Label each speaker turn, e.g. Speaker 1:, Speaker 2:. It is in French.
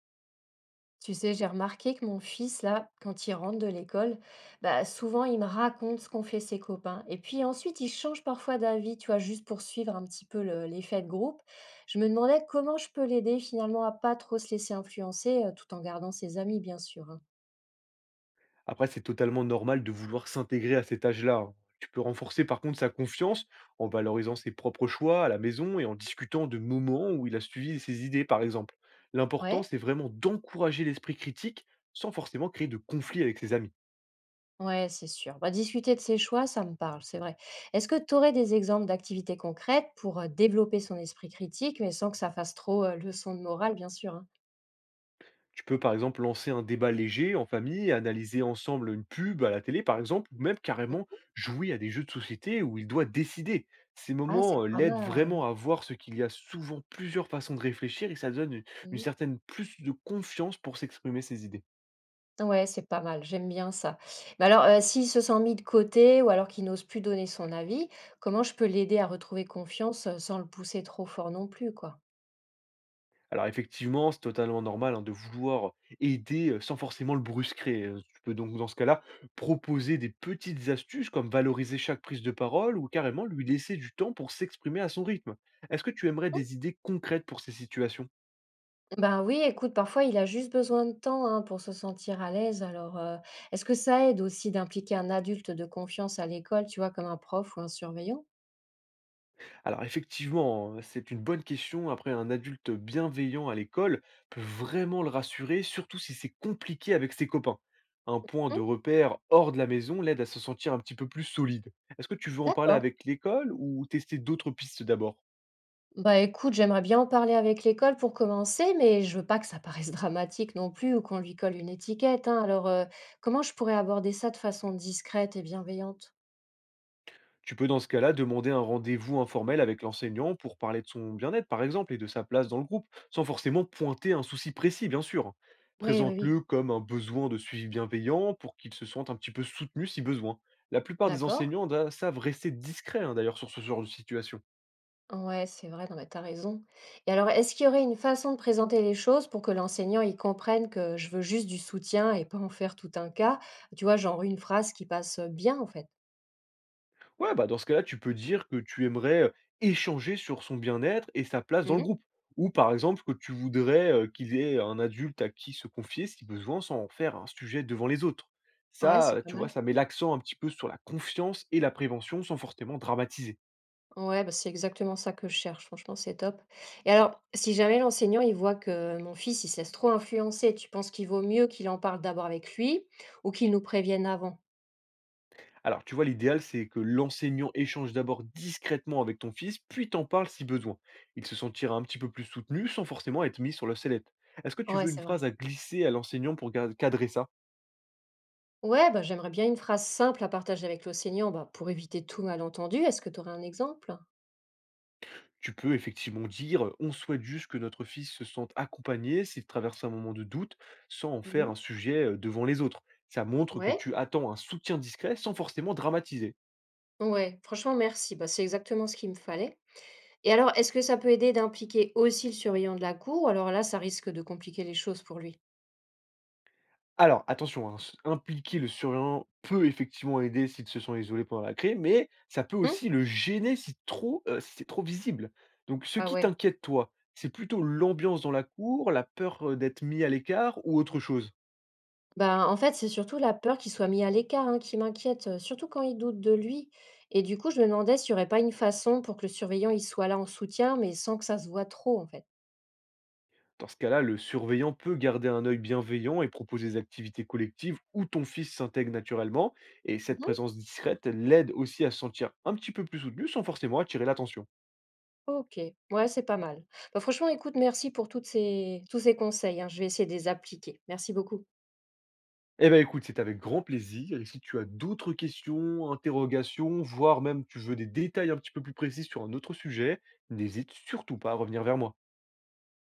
Speaker 1: Tu sais, j'ai remarqué que mon fils, là, quand il rentre de l'école, bah, souvent il me raconte ce qu'ont fait ses copains. Et puis ensuite, il change parfois d'avis, tu vois, juste pour suivre un petit peu l'effet de groupe. Je me demandais comment je peux l'aider finalement à pas trop se laisser influencer, tout en gardant ses amis, bien sûr, hein.
Speaker 2: Après, c'est totalement normal de vouloir s'intégrer à cet âge-là, hein. Tu peux renforcer par contre sa confiance en valorisant ses propres choix à la maison et en discutant de moments où il a suivi ses idées, par exemple. L'important,
Speaker 1: Ouais,
Speaker 2: c'est vraiment d'encourager l'esprit critique sans forcément créer de conflit avec ses amis.
Speaker 1: ouais, c'est sûr. Bah, discuter de ses choix, ça me parle, c'est vrai. Est-ce que tu aurais des exemples d'activités concrètes pour développer son esprit critique, mais sans que ça fasse trop leçon de morale, bien sûr, hein.
Speaker 2: Tu peux, par exemple, lancer un débat léger en famille, analyser ensemble une pub à la télé, par exemple, ou même carrément jouer à des jeux de société où il doit décider. Ces
Speaker 1: Ah, c'est
Speaker 2: moments
Speaker 1: pas
Speaker 2: l'aident
Speaker 1: mal, ouais.
Speaker 2: vraiment à voir ce qu'il y a souvent plusieurs façons de réfléchir et ça donne une
Speaker 1: Mmh.
Speaker 2: certaine plus de confiance pour s'exprimer ses idées.
Speaker 1: Ouais, c'est pas mal, j'aime bien ça. Mais alors, s'il se sent mis de côté ou alors qu'il n'ose plus donner son avis, comment je peux l'aider à retrouver confiance, sans le pousser trop fort non plus, quoi?
Speaker 2: Alors effectivement, c'est totalement normal, hein, de vouloir aider, sans forcément le brusquer. Tu peux donc dans ce cas-là proposer des petites astuces comme valoriser chaque prise de parole ou carrément lui laisser du temps pour s'exprimer à son rythme. Est-ce que tu aimerais des idées concrètes pour ces situations?
Speaker 1: Ben oui, écoute, parfois il a juste besoin de temps, hein, pour se sentir à l'aise. Alors, est-ce que ça aide aussi d'impliquer un adulte de confiance à l'école, tu vois, comme un prof ou un surveillant?
Speaker 2: Alors effectivement, hein, c'est une bonne question. Après, un adulte bienveillant à l'école peut vraiment le rassurer, surtout si c'est compliqué avec ses copains. Un point de
Speaker 1: Mmh,
Speaker 2: repère hors de la maison l'aide à se sentir un petit peu plus solide. Est-ce que tu veux en parler
Speaker 1: d'accord.
Speaker 2: avec l'école ou tester d'autres pistes d'abord?
Speaker 1: Bah écoute, j'aimerais bien en parler avec l'école pour commencer, mais je veux pas que ça paraisse dramatique non plus ou qu'on lui colle une étiquette, hein. Alors, comment je pourrais aborder ça de façon discrète et bienveillante?
Speaker 2: Tu peux dans ce cas-là demander un rendez-vous informel avec l'enseignant pour parler de son bien-être, par exemple, et de sa place dans le groupe, sans forcément pointer un souci précis, bien sûr.
Speaker 1: Oui, oui, oui.
Speaker 2: Présente-le comme un besoin de suivi bienveillant pour qu'il se sente un petit peu soutenu si besoin. La plupart des
Speaker 1: D'accord.
Speaker 2: enseignants savent rester discrets, hein, d'ailleurs sur ce genre de situation.
Speaker 1: Ouais, c'est vrai, non mais t'as raison. Et alors, est-ce qu'il y aurait une façon de présenter les choses pour que l'enseignant y comprenne que je veux juste du soutien et pas en faire tout un cas? Tu vois, genre une phrase qui passe bien en fait.
Speaker 2: Ouais, bah, dans ce cas-là, tu peux dire que tu aimerais, échanger sur son bien-être et sa place dans le
Speaker 1: Mhm.
Speaker 2: groupe. Ou par exemple que tu voudrais, qu'il ait un adulte à qui se confier si besoin, sans en faire un sujet devant les autres.
Speaker 1: Ouais,
Speaker 2: Ça,
Speaker 1: c'est pas
Speaker 2: tu
Speaker 1: mal.
Speaker 2: vois, ça met l'accent un petit peu sur la confiance et la prévention sans forcément dramatiser.
Speaker 1: Ouais, bah, c'est exactement ça que je cherche, franchement, c'est top. Et alors, si jamais l'enseignant, il voit que mon fils, il se laisse trop influencer, tu penses qu'il vaut mieux qu'il en parle d'abord avec lui ou qu'il nous prévienne avant?
Speaker 2: Alors, tu vois, l'idéal, c'est que l'enseignant échange d'abord discrètement avec ton fils, puis t'en parle si besoin. Il se sentira un petit peu plus soutenu sans forcément être mis sur le sellette. Est-ce que tu
Speaker 1: Ouais,
Speaker 2: veux une
Speaker 1: c'est vrai.
Speaker 2: phrase à glisser à l'enseignant pour gar cadrer ça?
Speaker 1: Ouais, bah, j'aimerais bien une phrase simple à partager avec l'enseignant, bah, pour éviter tout malentendu. Est-ce que tu aurais un exemple?
Speaker 2: Tu peux effectivement dire, «On souhaite juste que notre fils se sente accompagné s'il traverse un moment de doute», sans en faire un
Speaker 1: Mhm.
Speaker 2: sujet, devant les autres. Ça montre que
Speaker 1: Ouais,
Speaker 2: tu attends un soutien discret sans forcément dramatiser.
Speaker 1: ouais, franchement, merci. Bah, c'est exactement ce qu'il me fallait. Et alors, est-ce que ça peut aider d'impliquer aussi le surveillant de la cour, ou alors là, ça risque de compliquer les choses pour lui?
Speaker 2: Alors attention, hein, s impliquer le surveillant peut effectivement aider s'il se sent isolé pendant la crise, mais ça peut
Speaker 1: Hmm?
Speaker 2: aussi le gêner si trop, si c'est trop visible. Donc ce
Speaker 1: Ah
Speaker 2: qui
Speaker 1: ouais.
Speaker 2: t'inquiète toi, c'est plutôt l'ambiance dans la cour, la peur, d'être mis à l'écart ou autre chose?
Speaker 1: Ben en fait, c'est surtout la peur qu'il soit mis à l'écart, hein, qui m'inquiète, surtout quand il doute de lui. Et du coup, je me demandais s'il n'y aurait pas une façon pour que le surveillant il soit là en soutien, mais sans que ça se voit trop, en fait.
Speaker 2: Dans ce cas-là, le surveillant peut garder un œil bienveillant et proposer des activités collectives où ton fils s'intègre naturellement. Et cette
Speaker 1: Mhm.
Speaker 2: présence discrète l'aide aussi à se sentir un petit peu plus soutenu sans forcément attirer l'attention.
Speaker 1: Ok, ouais, c'est pas mal. Bah, franchement, écoute, merci pour toutes ces... tous ces conseils, hein. Je vais essayer de les appliquer. Merci beaucoup.
Speaker 2: Eh ben écoute, c'est avec grand plaisir. Et si tu as d'autres questions, interrogations, voire même tu veux des détails un petit peu plus précis sur un autre sujet, n'hésite surtout pas à revenir vers moi.